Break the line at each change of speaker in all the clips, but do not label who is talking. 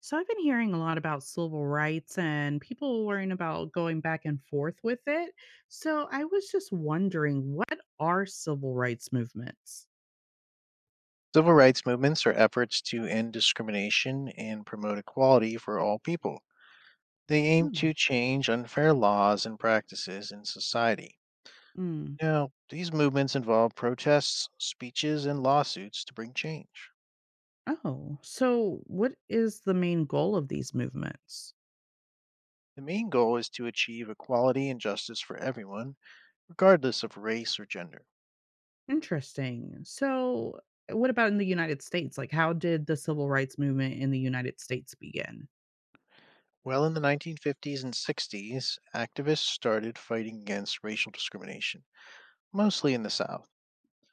So I've been hearing a lot about civil rights and people worrying about going back and forth with it. So I was just wondering, what are civil rights movements?
Civil rights movements are efforts to end discrimination and promote equality for all people. They aim
Oh,
to change unfair laws and practices in society.
mm.
Now, these movements involve protests, speeches, and lawsuits to bring change.
Oh. So what is the main goal of these movements?
The main goal is to achieve equality and justice for everyone, regardless of race or gender.
Interesting. So what about in the United States? Like, how did the civil rights movement in the United States begin?
Well, in the 1950s and 60s, activists started fighting against racial discrimination, mostly in the South.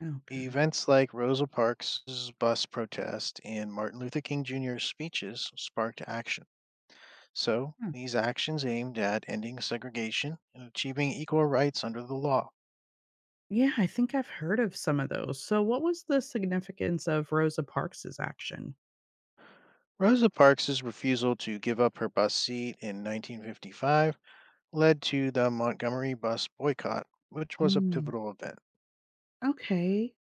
Okay.
Events like Rosa Parks' bus protest and Martin Luther King Jr.'s speeches sparked action. So,
Huh.
these actions aimed at ending segregation and achieving equal rights under the law.
Yeah, I think I've heard of some of those. So, what was the significance of Rosa Parks's action?
Rosa Parks' refusal to give up her bus seat in 1955 led to the Montgomery bus boycott, which was a pivotal event.
Okay.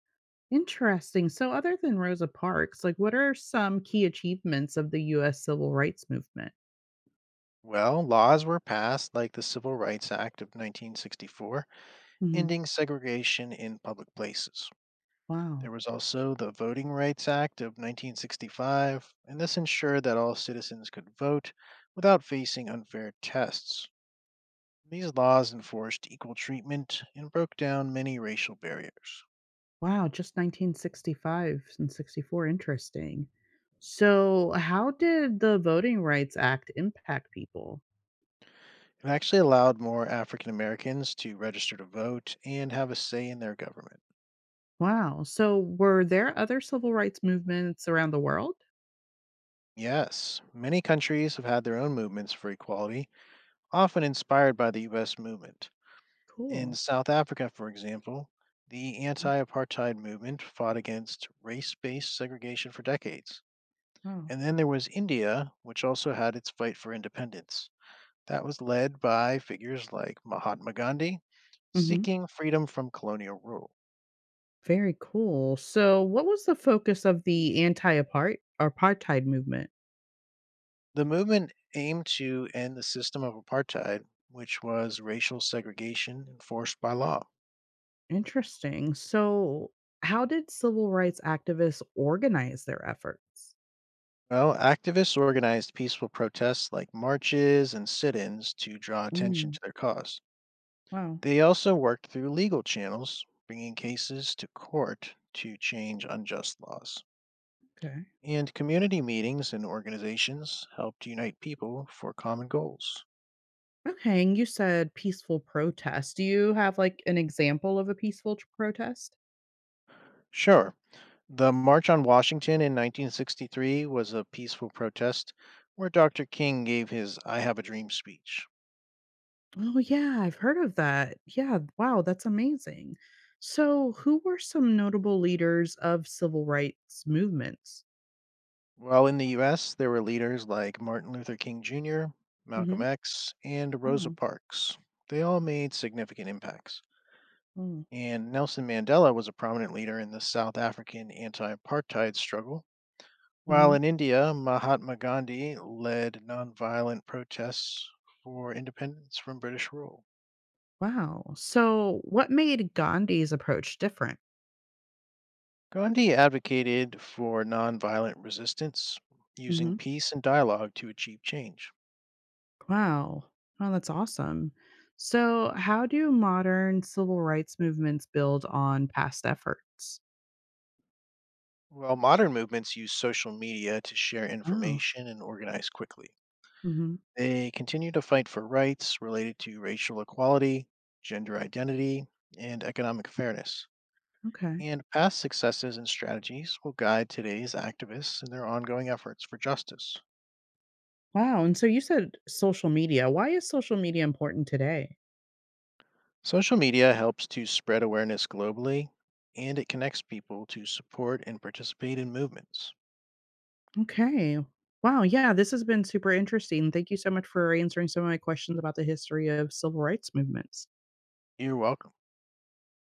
Interesting. So other than Rosa Parks, like what are some key achievements of the US civil rights movement?
Well, laws were passed like the Civil Rights Act of 1964,
Hmm.
ending segregation in public places.
Wow.
There was also the Voting Rights Act of 1965, and this ensured that all citizens could vote without facing unfair tests. These laws enforced equal treatment and broke down many racial barriers.
Wow, just 1965 and 64. Interesting. So how did the Voting Rights Act impact people?
It actually allowed more African Americans to register to vote and have a say in their government.
Wow. So were there other civil rights movements around the world?
Yes, many countries have had their own movements for equality, often inspired by the US movement. In
Cool.
South Africa, for example, the
Mm.
anti apartheid movement fought against race based segregation for decades.
Wow.
And then there was India, which also had its fight for independence. That was led by figures like Mahatma Gandhi,
Hmm.
seeking freedom from colonial rule.
Very cool. So what was the focus of the anti-apartheid movement?
The movement aimed to end the system of apartheid, which was racial segregation enforced by law.
Interesting. So, how did civil rights activists organize their efforts?
Well, activists organized peaceful protests like marches and sit ins to draw attention
Mm,
to their cause.
wow.
They also worked through legal channels, bringing cases to court to change unjust laws.
Okay.
And community meetings and organizations helped unite people for common goals.
Okay, and you said peaceful protest. Do you have like an example of a peaceful protest?
Sure, the March on Washington in 1963 was a peaceful protest where Dr. King gave his I Have a Dream speech.
Oh, yeah, I've heard of that. Yeah, wow, that's amazing. So, who were some notable leaders of civil rights movements?
While in the US, there were leaders like Martin Luther King Jr., Malcolm
Hmm.
X, and Rosa
Oh.
Parks. They all made significant impacts.
Oh.
And Nelson Mandela was a prominent leader in the South African anti apartheid struggle. While
Hmm.
in India, Mahatma Gandhi led nonviolent protests for independence from British rule.
Wow. So, what made Gandhi's approach different?
Gandhi advocated for nonviolent resistance, using peace and dialogue to achieve change.
Wow. Oh, that's awesome. So, how do modern civil rights movements build on past efforts?
While modern movements use social media to share
Oh.
information and organize quickly,
Hmm.
they continue to fight for rights related to racial equality, gender identity, and economic fairness.
Okay.
And past successes and strategies will guide today's activists in their ongoing efforts for justice.
Wow. And so you said social media. Why is social media important today?
Social media helps to spread awareness globally, and it connects people to support and participate in movements.
Okay. Wow. Yeah, this has been super interesting. Thank you so much for answering some of my questions about the history of civil rights movements.
You're welcome.